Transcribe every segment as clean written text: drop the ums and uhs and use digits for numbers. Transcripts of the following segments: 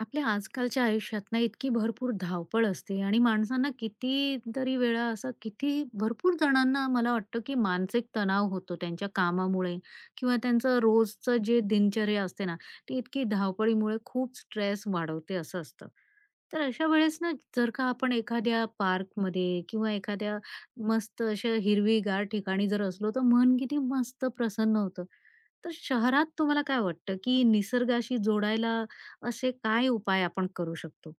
आपल्या आजकालच्या आयुष्यात ना इतकी भरपूर धावपळ असते आणि माणसांना कितीतरी वेळा असं किती भरपूर जणांना मला वाटतं की मानसिक तणाव होतो त्यांच्या कामामुळे किंवा त्यांचं रोजचं जे दिनचर्या असते ना ती इतकी धावपळीमुळे खूप स्ट्रेस वाढवते असं असतं. तर अशा वेळेस ना जर का आपण एखाद्या पार्कमध्ये किंवा एखाद्या मस्त अशा हिरवीगार ठिकाणी जर असलो तर मन किती मस्त प्रसन्न होतं. तर शहरात तुम्हाला काय वाटतं की निसर्गाशी जोडायला असे काय उपाय आपण करू शकतो?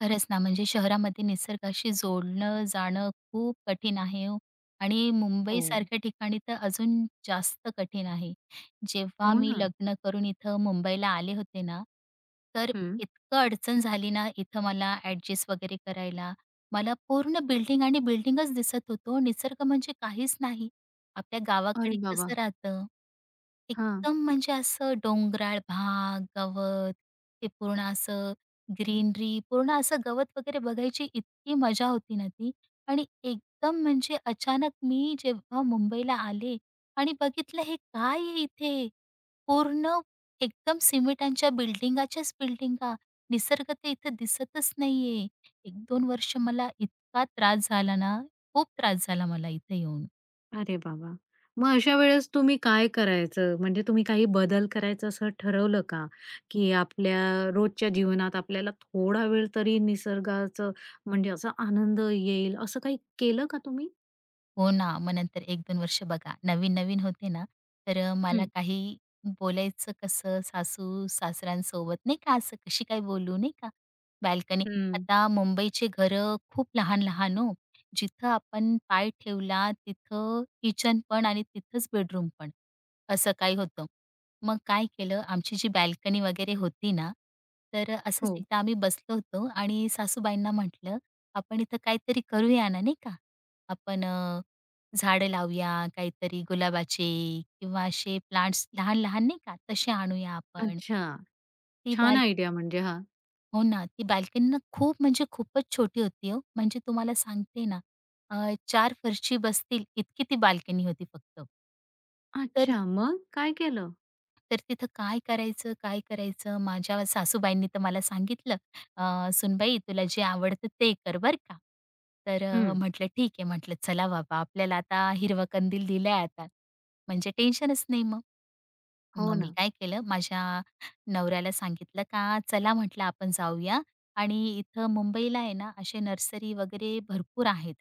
खरंच ना, म्हणजे शहरामध्ये निसर्गाशी जोडलं जाणं खूप कठीण आहे हो आणि हो. मुंबईसारख्या ठिकाणी तर अजून जास्त कठीण आहे. जेव्हा हो मी ना. लग्न करून इथं मुंबईला आले होते ना, तर हं. इतकं अडचण झाली ना इथं मला ॲडजस्ट वगैरे करायला. मला पूर्ण बिल्डिंग आणि बिल्डिंगच दिसत होतो. निसर्ग म्हणजे काहीच नाही. आपल्या अरे गावाकडे बाबा! कसं राहतं, हां. एकदम म्हणजे असं डोंगराळ भाग, गवत, ते पूर्ण असं ग्रीनरी, पूर्ण असं गवत वगैरे बघायची इतकी मजा होती ना ती. आणि एकदम म्हणजे अचानक मी जेव्हा मुंबईला आले आणि बघितलं हे काय आहे इथे? पूर्ण एकदम सिमेंटांच्या बिल्डिंगाच्याच बिल्डिंगा. निसर्ग तर इथं दिसतच नाहीये. एक दोन वर्ष मला इतका त्रास झाला ना, खूप त्रास झाला मला इथे येऊन. अरे बाबा! मग अशा वेळेस तुम्ही काय करायचं? म्हणजे तुम्ही काही बदल करायचं असं ठरवलं का? की आपल्या रोजच्या जीवनात आपल्याला थोडा वेळ तरी निसर्गाचं म्हणजे असा आनंद येईल, असं काही केलं का तुम्ही? हो ना. मग नंतर एक 2 वर्ष बघा नवीन-नवीन होते ना, तर मला हं, काही बोलायचं कसं सासू-सासऱ्यांसोबत नाही का, असं कशी काय बोलू नाही का? बाल्कनी. हं. आता मुंबईचे घरं खूप लहान-लहान हो. जिथं आपण पाय ठेवला तिथं किचन पण आणि तिथंच बेडरूम पण, असं काही होतं. मग काय केलं आमची जी बाल्कनी वगैरे होती ना, तर असंच हो. एकदा आम्ही बसलो होतो आणि सासूबाईंना म्हटलं, "आपण इथं काहीतरी करूया ना, नाही का? आपण झाडं लावूया, काहीतरी गुलाबाचे किंवा असे प्लांट्स लहान-लहान नाही का तसे आणूया आपण." अच्छा. ती छान बाई आयडिया म्हणजे हा. हो ना, ती बाल्कनी ना खूप म्हणजे खूपच छोटी होती हो. म्हणजे तुम्हाला सांगते ना, 4 फरशी बसतील इतकी ती बाल्कनी होती फक्त. तर अच्छा, मग काय केलं? तर तिथं काय करायचं, काय करायचं? माझ्या सासूबाईंनी तर मला सांगितलं, "सुनबाई तुला जे आवडतं ते कर बरं का." तर हं. म्हटलं ठीक आहे. म्हटलं चला बाबा आपल्याला आता हिरवा कंदील दिलाय आता, म्हणजे टेन्शनच नाही मग. हो मग मी ना. काय केलं, माझ्या नवऱ्याला सांगितलं का चला म्हटलं आपण जाऊया आणि इथं मुंबईला आहे ना, असे नर्सरी वगैरे भरपूर आहेत.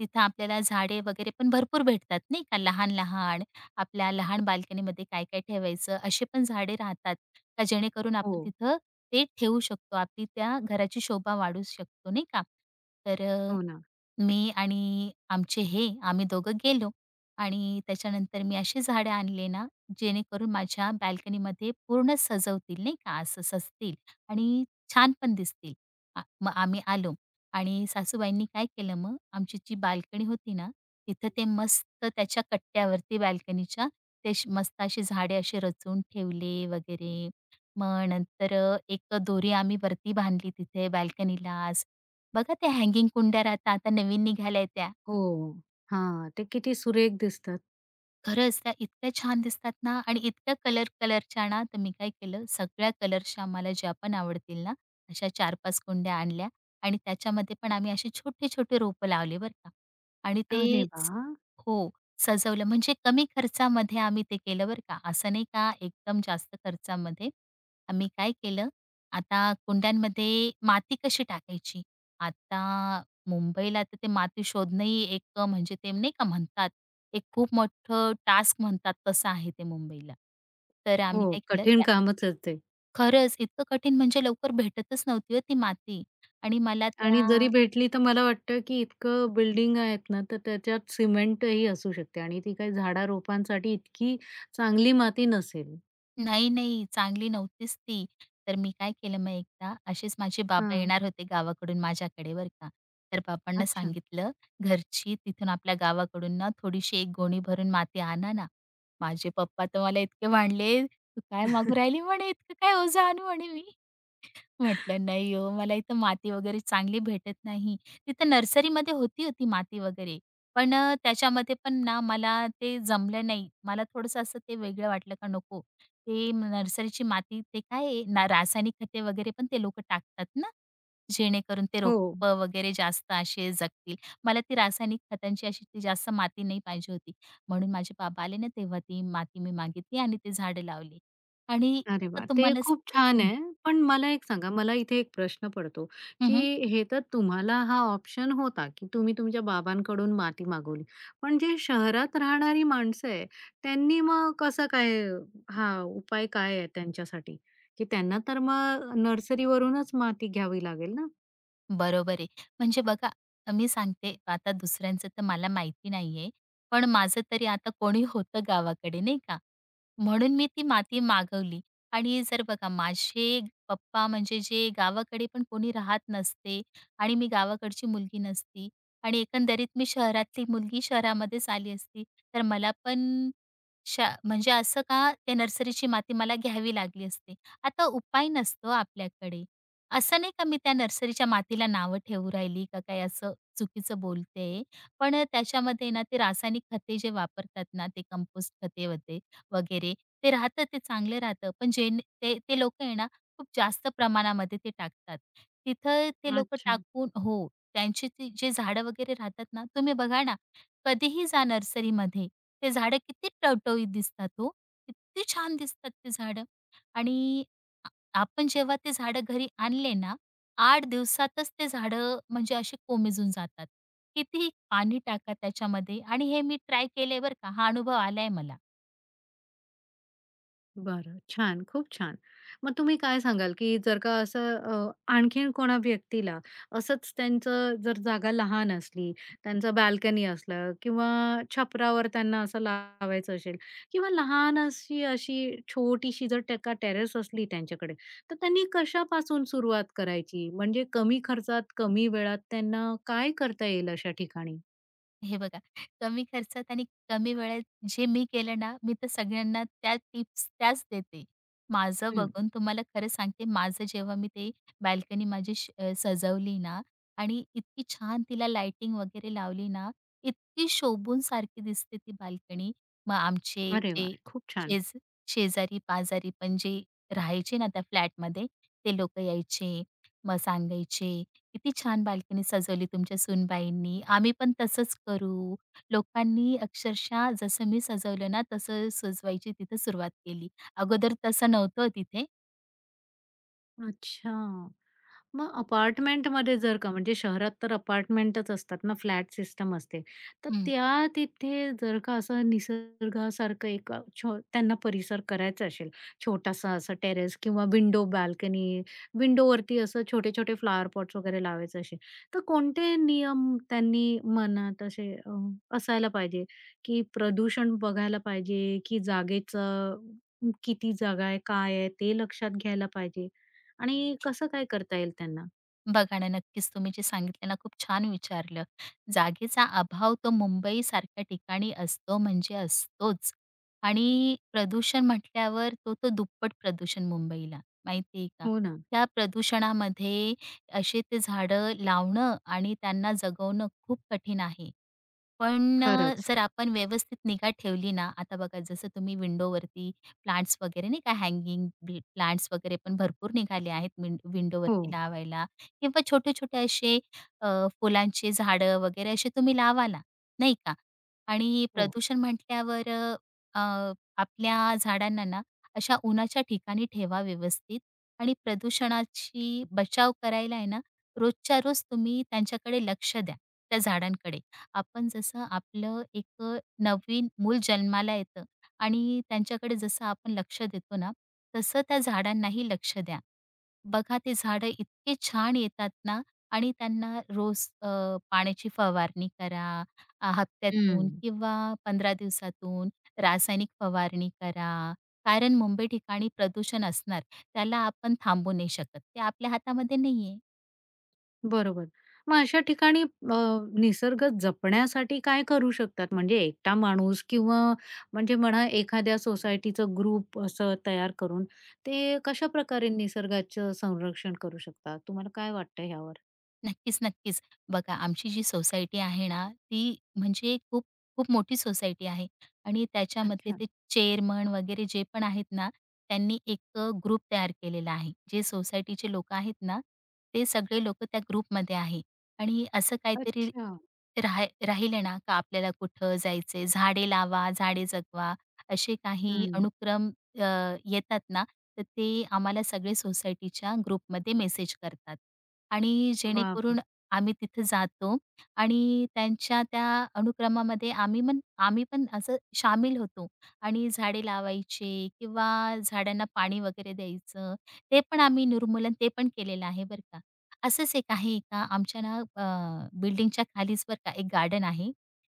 तिथं आपल्याला झाडे वगैरे पण भरपूर भेटतात नाही का, लहान-लहान आपल्या लहान बाल्कनीमध्ये काय-काय ठेवायचं असे पण झाडे राहतात, का जेणेकरून आपण हो. तिथं ते ठेवू शकतो. आपली त्या घराची शोभा वाढू शकतो नाही का. तर हो ना. मी आणि आमचे हे आम्ही दोघं गेलो आणि त्याच्यानंतर मी अशी झाडं आणले ना, जेणेकरून माझ्या बाल्कनीमध्ये पूर्ण सजवतील नाही का, असं सजतील आणि छान पण दिसतील. मग आम्ही आलो आणि सासूबाईंनी काय केलं मग, आमची जी बाल्कनी होती ना, तिथं ते मस्त त्याच्या कट्ट्यावरती बाल्कनीच्या ते अशी मस्त अशी झाडे असे रचून ठेवले वगैरे. मग नंतर एक दोरी आम्ही वरती बांधली तिथे बाल्कनीलाच. बघा त्या हँगिंग कुंड्या राहतात, आता नवीन निघाल्या त्या. हो. हां, ते किती सुरेख दिसतं. खरंच त्या इतक्या छान दिसतात ना आणि इतक्या कलर कलरच्या ना, तर मी काय केलं, सगळ्या कलर्सच्या मला ज्या पण आवडतील ना, अशा 4-5 कुंड्या आणल्या आणि त्याच्यामध्ये पण आम्ही असे छोटे-छोटे रोपं लावले बरं का. आणि अरे ते स वाह! हो, सजवलं म्हणजे कमी खर्चामध्ये आम्ही ते केलं बरं का. असं नाही का एकदम जास्त खर्चामध्ये. आम्ही काय केलं, आता कुंड्यांमध्ये माती कशी टाकायची, आता मुंबईला तर ते माती शोधणंही एक म्हणजे ते नाही का म्हणतात, एक खूप मोठं टास्क म्हणतात तसं आहे ते मुंबईला. तर आम्ही हो, काय केलं कठीण त्या कामच आहे ते. खरंच इतकं कठीण म्हणजे लवकर भेटतच नव्हती हो ती माती आणि मला आणि त्या जरी भेटली तर मला वाटतं, की इतकं बिल्डिंग आहेत ना, तर त्याच्यात सिमेंटही असू शकते आणि ती काही झाडारोपांसाठी इतकी चांगली माती नसेल. नाही, नाही. चांगली नव्हतीच ती. तर मी काय केलं मग एकदा असेच माझे बाबा हां, येणार होते गावाकडून माझ्याकडे बरं का. तर बाबांना अच्छा. सांगितलं, "घरची तिथून आपल्या गावाकडून ना थोडीशी एक गोणी भरून माती आणा ना." माझे पप्पा तर मला इतके भांडले, "तू काय मागू राहिली?" म्हणे, "इतकं काय ओझं आणू?" म्हणे मी. म्हटलं, "नाही हो, मला इथं माती वगैरे चांगली भेटत नाही." तिथं नर्सरीमध्ये होती हो ती माती वगैरे. पण त्याच्यामध्ये पण ना मला ते जमलं नाही. मला थोडंसं असं ते वेगळं वाटलं का नको. नर्सरीची माती ते काय आहे ना रासायनिक खते वगैरे पण ते लोकं टाकतात ना, जेणेकरून ते हो. रोपं वगैरे जास्त असे जगतील. मला ती रासायनिक खतांची अशी ती जास्त माती नाही पाहिजे होती. म्हणून माझे बाबा आले ना तेव्हा ती माती मी मागितली आणि ते झाडं लावली. आणि अरे वाह! ते खूप छान हं, आहे. पण मला एक सांगा, मला इथे एक प्रश्न पडतो, हं, की हं. हे तर तुम्हाला हा ऑप्शन होता, की तुम्ही तुमच्या बाबांकडून माती मागवली. पण जे शहरात राहणारी माणसं आहे, त्यांनी मग कसं काय हा उपाय काय आहे त्यांच्यासाठी? की त्यांना तर मग नर्सरीवरूनच माती घ्यावी लागेल ना? बरोबर आहे. म्हणजे बघा, मी सांगते आता दुसऱ्यांचं तर मला माहिती नाहीये. पण माझं तरी आता कोणी होतं गावाकडे नाही का? म्हणून मी ती माती मागवली आणि जर बघा माझे पप्पा म्हणजे जे गावाकडे पण कोणी राहत नसते आणि मी गावाकडची मुलगी नसती आणि एकंदरीत मी शहरातली मुलगी शहरामध्येच आली असती, तर मला पण म्हणजे असं का त्या नर्सरीची माती मला घ्यावी लागली असती. आता उपाय नसतो आपल्याकडे. असं नाही का मी त्या नर्सरीच्या मातीला नावं ठेवू राहिली का काय असं चुकीचं बोलते. पण त्याच्यामध्ये ना ते रासायनिक खते जे वापरतात ना, ते कंपोस्ट खते वते वगैरे ते राहतं, ते चांगलं राहतं. पण जे ते ते लोकं आहे ना, खूप जास्त प्रमाणामध्ये ते टाकतात. तिथं ते लोकं अच्छा. टाकून हो, त्यांची ती जे झाडं वगैरे राहतात ना, तुम्ही बघा ना, कधीही जा नर्सरीमध्ये, ते झाडं किती टवटवीत दिसतात हो. किती छान दिसतात ते झाडं आणि आपण जेव्हा ते झाडं घरी आणले ना, 8 दिवसातच ते झाडं म्हणजे असे कोमेजून जातात. कितीही पाणी टाका त्याच्यामध्ये आणि हे मी ट्राय केलंय बरं का, हा अनुभव आलाय मला. बरं, छान. खूप छान. मग तुम्ही काय सांगाल, की जर का असं आणखीन कोणा व्यक्तीला असंच त्यांचं जर जागा लहान असली, त्यांचा बाल्कनी असलं किंवा छपरावर त्यांना असं लावायचं असेल किंवा लहान अशी अशी छोटीशी जर टेरेस असली त्यांच्याकडे, तर त्यांनी कशापासून सुरुवात करायची? म्हणजे कमी खर्चात, कमी वेळात त्यांना काय करता येईल अशा ठिकाणी? हे बघा, कमी खर्चात आणि कमी वेळेत जे मी केलं ना, मी तर सगळ्यांना त्या टिप्स त्याच देते. माझं हं. बघून तुम्हाला खरं सांगते, माझं जेव्हा मी ते बाल्कनी माझी सजवली ना आणि इतकी छान तिला लाइटिंग वगैरे लावली ना, इतकी शोभून सारखी दिसते ती बाल्कनी. मग आमचे अरे जे वाह! खूप छान. शेज शेजारी-पाजारी पण जे राहायचे ना त्या फ्लॅटमध्ये, ते लोकं यायचे. मग सांगायचे, किती छान बाल्कनी सजवली तुमच्या सूनबाईंनी. आम्ही पण तसंच करू. लोकांनी अक्षरशः जसं मी सजवलं ना, तसं सजवायची तिथं सुरुवात केली. अगोदर तसं नव्हतं तिथे. अच्छा. मग अपार्टमेंटमध्ये जर का म्हणजे शहरात तर अपार्टमेंटच असतात ना, फ्लॅट सिस्टम असते. तर हं. त्या तिथे जर का असं निसर्गासारखं एक त्यांना परिसर करायचा असेल, छोटासा असा टेरेस किंवा विंडो बाल्कनी, विंडोवरती असं छोटे-छोटे फ्लॉवर पॉट्स वगैरे लावायचे असेल, तर कोणते नियम त्यांनी मनात असे असायला पाहिजे, की प्रदूषण बघायला पाहिजे, की जागेचं किती जागा आहे, काय आहे ते लक्षात घ्यायला पाहिजे आणि कसं काय करता येईल त्यांना? बघा ना, नक्कीच तुम्ही जे सांगितलं ना, खूप छान विचारलं. जागेचा अभाव तो मुंबईसारख्या ठिकाणी असतो म्हणजे असतोच आणि प्रदूषण म्हटल्यावर तो तो दुप्पट प्रदूषण मुंबईला, माहिती आहे का? हो ना, त्या प्रदूषणामध्ये असे ते झाडं लावणं आणि त्यांना जगवणं खूप कठीण आहे. पण खरंच. जर आपण व्यवस्थित निगा ठेवली ना, आता बघा जसं तुम्ही विंडोवरती प्लांट्स वगैरे नाही का हँगिंग बी प्लांट्स वगैरे पण भरपूर निघाले आहेत हो, विंडोवरती लावायला किंवा छोटे-छोटे असे फुलांचे झाडं वगैरे असे तुम्ही लावा ना, नाही का? आणि हो. प्रदूषण म्हटल्यावर अ, अ, आपल्या झाडांना ना अशा उन्हाच्या ठिकाणी ठेवा व्यवस्थित आणि प्रदूषणाची बचाव करायला आहे ना, रोजच्या रोज तुम्ही त्यांच्याकडे लक्ष द्या, त्या झाडांकडे. आपण जसं आपलं एक नवीन मूल जन्माला येतं आणि त्यांच्याकडे जसं आपण लक्ष देतो ना, तसं त्या झाडांनाही लक्ष द्या. बघा ते झाडं इतके छान येतात ना आणि त्यांना रोज पाण्याची फवारणी करा. हं, हप्त्यातून किंवा 15 दिवसातून रासायनिक फवारणी करा. कारण मुंबई ठिकाणी प्रदूषण असणार. त्याला आपण थांबवू नाही शकत. ते आपल्या हातामध्ये नाहीये. बरोबर. मग अशा ठिकाणी निसर्ग जपण्यासाठी काय करू शकतात? म्हणजे एकटा माणूस किंवा म्हणजे म्हणा एखाद्या सोसायटीचं ग्रुप असं तयार करून ते कशा कशाप्रकारे निसर्गाचं संरक्षण करू शकतात? तुम्हाला काय वाटतं ह्यावर? नक्कीच, नक्कीच. बघा आमची जी सोसायटी आहे ना, ती म्हणजे खूप खूप मोठी सोसायटी आहे आणि त्याच्यामधले अच्छा, ते चेअरमन वगैरे जे पण आहेत ना, त्यांनी एक ग्रुप तयार केलेला आहे. जे सोसायटीचे लोकं आहेत ना, ते सगळे लोकं त्या ग्रुपमध्ये आहे आणि असं काहीतरी अच्छा. राहिलं ना, का आपल्याला कुठं जायचंय, झाडे लावा, झाडे जगवा, असे काही हं. अनुक्रम अ, येतात ना, तर ते आम्हाला सगळे सोसायटीच्या ग्रुपमध्ये मेसेज करतात. आणि वाह! वाह! जेणेकरून आम्ही तिथे जातो आणि त्यांच्या त्या अनुक्रमामध्ये आम्ही पण असं सामील होतो आणि झाडे लावायचे किंवा झाडांना पाणी वगैरे द्यायचं, ते पण आम्ही निर्मूलन ते पण केलेलं आहे बरं का. असंच एक आहे एका आमच्या ना बिल्डिंगच्या खालीच बरं का एक गार्डन आहे.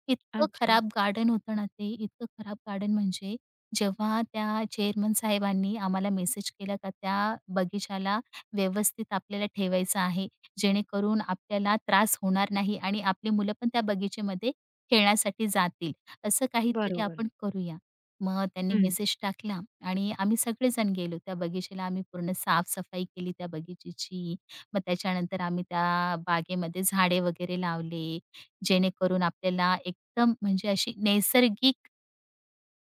इतकं अच्छा, खराब गार्डन होतं ना ते, इतकं खराब गार्डन म्हणजे जेव्हा त्या चेअरमन साहेबांनी आम्हाला मेसेज केला का त्या बगीचाला व्यवस्थित आपल्याला ठेवायचं आहे, जेणेकरून आपल्याला त्रास होणार नाही आणि आपली मुलं पण त्या बगीचेमध्ये खेळण्यासाठी जातील. असं काहीतरी बरोबर. आपण करूया. मग त्यांनी हं, मेसेज टाकला आणि आम्ही सगळेजण गेलो. त्या बगीचेला आम्ही पूर्ण साफ-सफाई केली त्या बगीचेची. मग त्याच्यानंतर आम्ही त्या बागेमध्ये झाडे वगैरे लावले, जेणेकरून आपल्याला एकदम म्हणजे अशी नैसर्गिक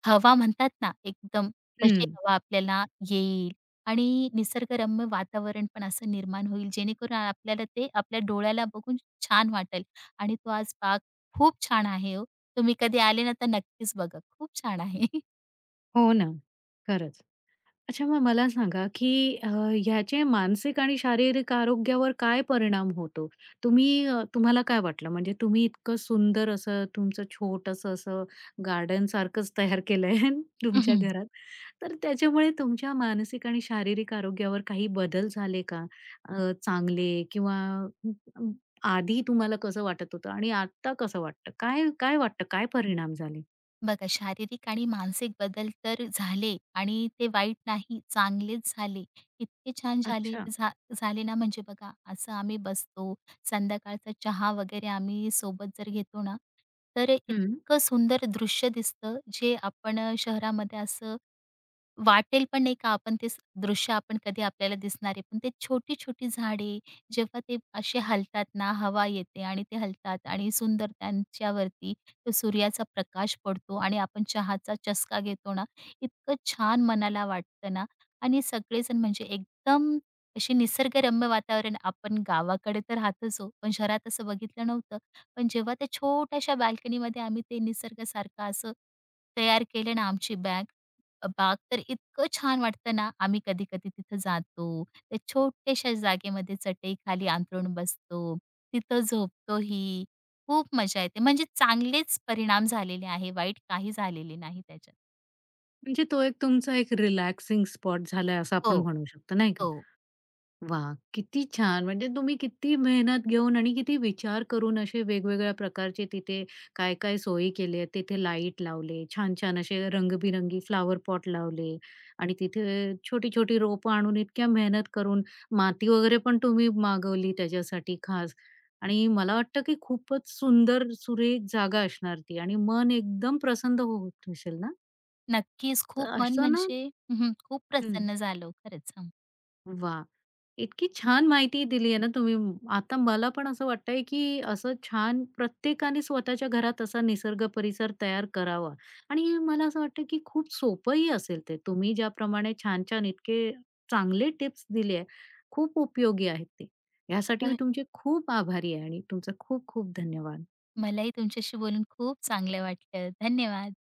हवा म्हणतात ना एकदम तशी हं. हवा आपल्याला येईल आणि निसर्गरम्य वातावरण पण असं निर्माण होईल जेणेकरून आपल्याला ते आपल्या डोळ्याला बघून छान वाटेल आणि तो आज बाग खूप छान आहे हो. तुम्ही कधी आले ना तर नक्कीच बघा. खूप छान आहे. हो ना, खरंच. अच्छा, मग मला सांगा, की ह्याचे मानसिक आणि शारीरिक आरोग्यावर काय परिणाम होतो? तुम्ही तुम्हाला काय वाटलं? म्हणजे तुम्ही इतकं सुंदर असं तुमचं छोटंसं असं गार्डनसारखंच तयार केलं आहे तुमच्या घरात. तर त्याच्यामुळे तुमच्या मानसिक आणि शारीरिक आरोग्यावर काही बदल झाले का? चांगले किंवा अ, अ, आधी तुम्हाला कसं वाटत होतं आणि आता कसं वाटतं? काय काय वाटतं? काय परिणाम झाले? बघा शारीरिक आणि मानसिक बदल तर झाले आणि ते वाईट नाही, चांगलेच झाले. इतके छान झाले अच्छा. झा झाले ना म्हणजे बघा असं आम्ही बसतो, संध्याकाळचा चहा वगैरे आम्ही सोबत जर घेतो ना, तर इतकं सुंदर दृश्य दिसतं जे आपण शहरामध्ये असं वाटेल पण नाही का आपण दृश्य आपण कधी आपल्याला दिसणार आहे. पण ते छोटी-छोटी झाडे जेव्हा ते असे हलतात ना, हवा येते आणि ते हलतात आणि सुंदर त्यांच्यावरती तो सूर्याचा प्रकाश पडतो आणि आपण चहाचा चसका घेतो ना, इतकं छान मनाला वाटतं ना आणि सगळेजण म्हणजे एकदम असे निसर्गरम्य वातावरण आपण गावाकडे तर राहतोच हो, पण शहरात असं बघितलं नव्हतं. पण जेव्हा त्या छोट्याशा बाल्कनीमध्ये आम्ही ते निसर्गासारखं असं तयार केलं ना आमची बॅग, अबा! तर इतकं छान वाटतं ना, आम्ही कधी-कधी तिथं जातो. त्या छोट्याशा जागेमध्ये चटईखाली अंथरून बसतो. तिथं झोपतोही. खूप मजा येते. म्हणजे चांगलेच परिणाम झालेले आहे, वाईट काही झालेले नाही त्याच्यात. म्हणजे तो एक तुमचा एक रिलॅक्सिंग स्पॉट झालाय असं हो, आपण म्हणू शकतो, नाही का? हो. वा, किती छान! म्हणजे तुम्ही किती मेहनत घेऊन आणि किती विचार करून असे वेगवेगळ्या प्रकारचे तिथे काय-काय सोयी केल्या, तिथे लाईट लावले, छान-छान असे रंगबिरंगी फ्लॉवर पॉट लावले आणि तिथे छोटी-छोटी रोपं आणून इतक्या मेहनत करून माती वगैरे पण तुम्ही मागवली त्याच्यासाठी खास आणि मला वाटतं, की खूपच सुंदर सुरेख जागा असणार ती आणि मन एकदम प्रसन्न होत असेल ना? नक्कीच तर खूप मन असं ना म्हणजे हं, हं. खूप हं. प्रसन्न झालो खरंच. हं. वा, इतकी छान माहिती दिली आहे ना तुम्ही. आता मला पण असं वाटतंय, की असं छान प्रत्येकाने स्वतःच्या घरात असा निसर्ग परिसर तयार करावा आणि मला असं वाटतं, की खूप सोपंही असेल ते. तुम्ही ज्याप्रमाणे छान-छान इतके चांगले टिप्स दिले आहे, खूप उपयोगी आहेत ते. यासाठी मी तर तुमचे खूप आभारी आहे आणि तुमचा खूप-खूप धन्यवाद. मलाही तुमच्याशी बोलून खूप चांगलं वाटलं. धन्यवाद.